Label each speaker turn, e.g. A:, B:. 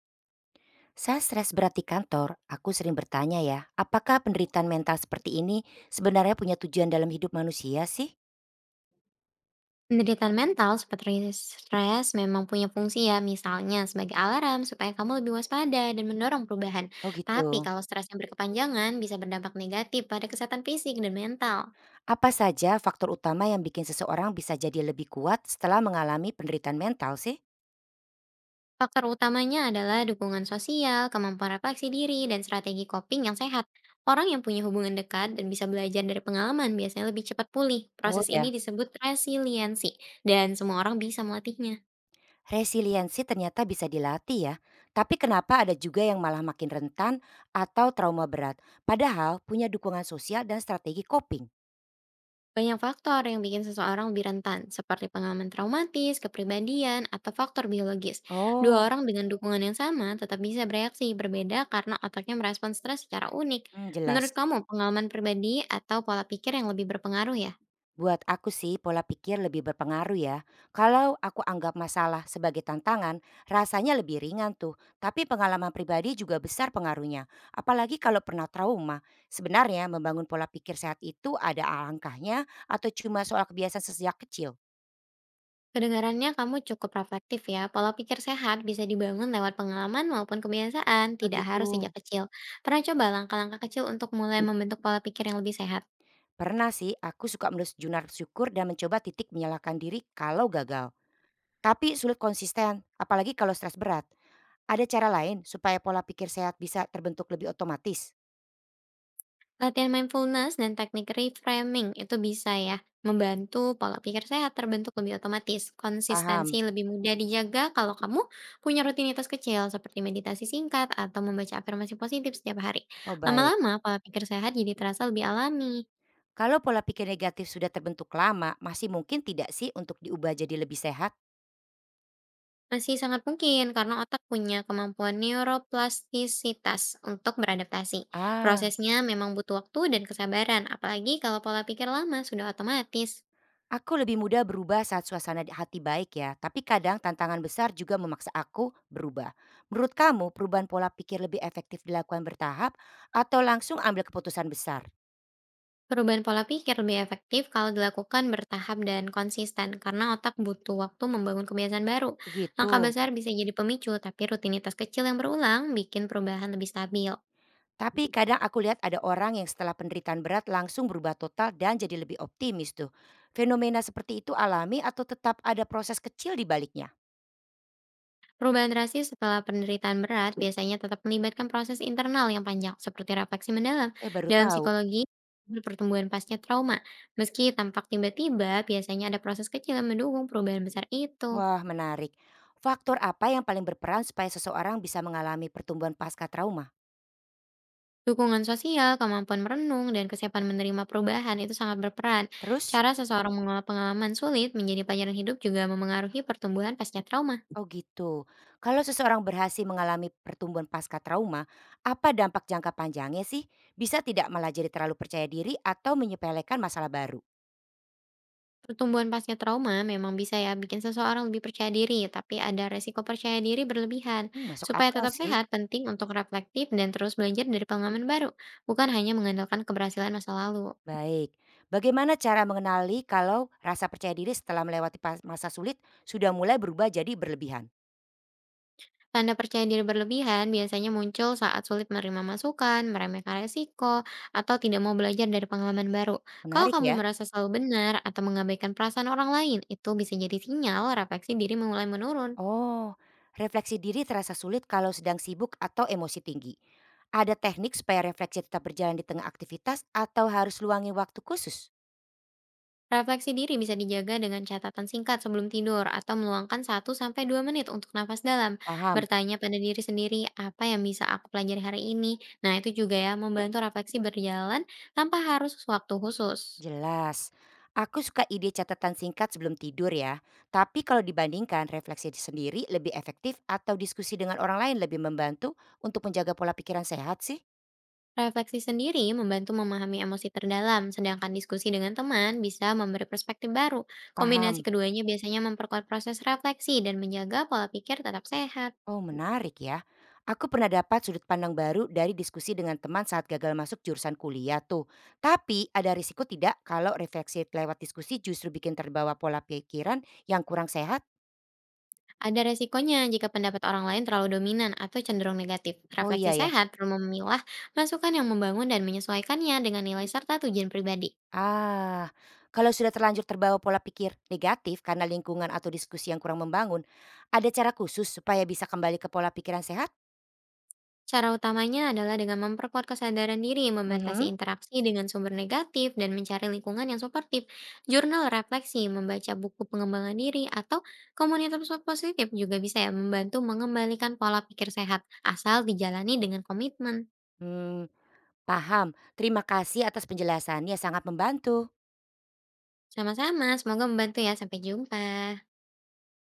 A: Saat stres berat di kantor, aku sering bertanya ya, apakah penderitaan mental seperti ini sebenarnya punya tujuan dalam hidup manusia sih?
B: Penderitaan mental seperti stres memang punya fungsi ya, misalnya sebagai alarm supaya kamu lebih waspada dan mendorong perubahan.
A: Oh
B: Tapi
A: gitu.
B: kalau stres yang berkepanjangan bisa berdampak negatif pada kesehatan fisik dan mental.
A: Apa saja faktor utama yang bikin seseorang bisa jadi lebih kuat setelah mengalami penderitaan mental sih?
B: Faktor utamanya adalah dukungan sosial, kemampuan refleksi diri, dan strategi coping yang sehat. Orang yang punya hubungan dekat dan bisa belajar dari pengalaman biasanya lebih cepat pulih.
A: Oh
B: Proses ini
A: ya,
B: disebut resiliensi, dan semua orang bisa melatihnya.
A: resiliensi ternyata bisa dilatih ya. Tapi kenapa ada juga yang malah makin rentan atau trauma berat, padahal punya dukungan sosial dan strategi coping?
B: Banyak faktor yang bikin seseorang lebih rentan, seperti pengalaman traumatis, kepribadian, atau faktor biologis. Dua
A: Oh,
B: orang dengan dukungan yang sama tetap bisa bereaksi berbeda karena otaknya merespons stres secara unik.
A: hmm,
B: Menurut
A: jelas.
B: kamu, pengalaman pribadi atau pola pikir yang lebih berpengaruh ya?
A: Buat aku sih pola pikir lebih berpengaruh ya. Kalau aku anggap masalah sebagai tantangan, rasanya lebih ringan tuh. Tapi pengalaman pribadi juga besar pengaruhnya. Apalagi kalau pernah trauma. Sebenarnya membangun pola pikir sehat itu ada alangkahnya atau cuma soal kebiasaan sejak kecil?
B: Kedengarannya kamu cukup reflektif ya. Pola pikir sehat bisa dibangun lewat pengalaman maupun kebiasaan,
A: Ah
B: tidak harus sejak
A: gitu.
B: kecil. Pernah coba langkah-langkah kecil untuk mulai membentuk pola pikir yang lebih sehat?
A: Pernah sih aku suka menulis jurnal syukur dan mencoba titik menyalahkan diri kalau gagal. Tapi sulit konsisten, apalagi kalau stres berat. Ada cara lain supaya pola pikir sehat bisa terbentuk lebih otomatis?
B: Latihan mindfulness dan teknik reframing itu bisa ya membantu pola pikir sehat terbentuk lebih otomatis. Konsistensi
A: Paham.
B: lebih mudah dijaga kalau kamu punya rutinitas kecil seperti meditasi singkat atau membaca afirmasi positif setiap hari.
A: Oh baik.
B: Lama-lama pola pikir sehat jadi terasa lebih alami.
A: Kalau pola pikir negatif sudah terbentuk lama, masih mungkin tidak sih untuk diubah jadi lebih sehat?
B: Masih sangat mungkin karena otak punya kemampuan neuroplastisitas untuk beradaptasi.
A: Ah,
B: Prosesnya memang butuh waktu dan kesabaran, apalagi kalau pola pikir lama sudah otomatis.
A: aku lebih mudah berubah saat suasana hati baik ya, tapi kadang tantangan besar juga memaksa aku berubah. Menurut kamu, perubahan pola pikir lebih efektif dilakukan bertahap atau langsung ambil keputusan besar?
B: Perubahan pola pikir lebih efektif kalau dilakukan bertahap dan konsisten karena otak butuh waktu membangun kebiasaan baru. Langkah
A: Begitu.
B: besar bisa jadi pemicu, tapi rutinitas kecil yang berulang bikin perubahan lebih stabil.
A: Tapi kadang aku lihat ada orang yang setelah penderitaan berat langsung berubah total dan jadi lebih optimis tuh. Fenomena seperti itu alami atau tetap ada proses kecil di baliknya?
B: Perubahan drastis setelah penderitaan berat biasanya tetap melibatkan proses internal yang panjang seperti refleksi mendalam
A: Eh baru
B: dalam
A: tahu.
B: psikologi pertumbuhan pasca trauma. Meski tampak tiba-tiba, biasanya ada proses kecil yang mendukung perubahan besar itu.
A: Wah, menarik. Faktor apa yang paling berperan supaya seseorang bisa mengalami pertumbuhan pasca trauma?
B: Dukungan sosial, kemampuan merenung, dan kesiapan menerima perubahan itu sangat berperan.
A: Terus?
B: Cara seseorang mengolah pengalaman sulit menjadi pelajaran hidup juga memengaruhi pertumbuhan pasca trauma.
A: Oh gitu. Kalau seseorang berhasil mengalami pertumbuhan pasca trauma, apa dampak jangka panjangnya sih? Bisa tidak malah jadi terlalu percaya diri atau menyepelekan masalah baru?
B: Pertumbuhan pasca trauma memang bisa ya bikin seseorang lebih percaya diri, tapi ada resiko percaya diri berlebihan.
A: Hmm, masuk
B: Supaya
A: akal
B: tetap
A: sih.
B: sehat, penting untuk reflektif dan terus belajar dari pengalaman baru, bukan hanya mengandalkan keberhasilan masa lalu.
A: Baik. Bagaimana cara mengenali kalau rasa percaya diri setelah melewati masa sulit sudah mulai berubah jadi berlebihan?
B: Tanda percaya diri berlebihan biasanya muncul saat sulit menerima masukan, meremehkan resiko, atau tidak mau belajar dari pengalaman baru. Kalau
A: Menarik
B: kamu
A: ya.
B: merasa selalu benar atau mengabaikan perasaan orang lain, itu bisa jadi sinyal refleksi diri mulai menurun.
A: Oh, refleksi diri terasa sulit kalau sedang sibuk atau emosi tinggi. Ada teknik supaya refleksi tetap berjalan di tengah aktivitas atau harus luangin waktu khusus?
B: Refleksi diri bisa dijaga dengan catatan singkat sebelum tidur atau meluangkan 1 sampai 2 menit untuk nafas dalam.
A: Paham?
B: Bertanya pada diri sendiri, apa yang bisa aku pelajari hari ini? Nah, itu juga ya membantu refleksi berjalan tanpa harus waktu khusus.
A: Jelas. Aku suka ide catatan singkat sebelum tidur ya. Tapi kalau dibandingkan refleksi sendiri lebih efektif atau diskusi dengan orang lain lebih membantu untuk menjaga pola pikiran sehat sih?
B: Refleksi sendiri membantu memahami emosi terdalam, sedangkan diskusi dengan teman bisa memberi perspektif baru. Kombinasi
A: Paham?
B: keduanya biasanya memperkuat proses refleksi dan menjaga pola pikir tetap sehat.
A: Oh, menarik ya. Aku pernah dapat sudut pandang baru dari diskusi dengan teman saat gagal masuk jurusan kuliah tuh. Tapi ada risiko tidak kalau refleksi lewat diskusi justru bikin terbawa pola pikiran yang kurang sehat?
B: Ada resikonya jika pendapat orang lain terlalu dominan atau cenderung negatif.
A: Oh
B: Refleksi
A: iya ya.
B: sehat perlu memilah masukan yang membangun dan menyesuaikannya dengan nilai serta tujuan pribadi.
A: Ah, kalau sudah terlanjur terbawa pola pikir negatif karena lingkungan atau diskusi yang kurang membangun, ada cara khusus supaya bisa kembali ke pola pikiran sehat?
B: Cara utamanya adalah dengan memperkuat kesadaran diri, membatasi
A: Mhm.
B: interaksi dengan sumber negatif, dan mencari lingkungan yang suportif. Jurnal refleksi, membaca buku pengembangan diri, atau komunitas positif juga bisa ya membantu mengembalikan pola pikir sehat, asal dijalani dengan komitmen.
A: Hmm, paham. Terima kasih atas penjelasannya sangat membantu.
B: Sama-sama, semoga membantu ya. Sampai jumpa.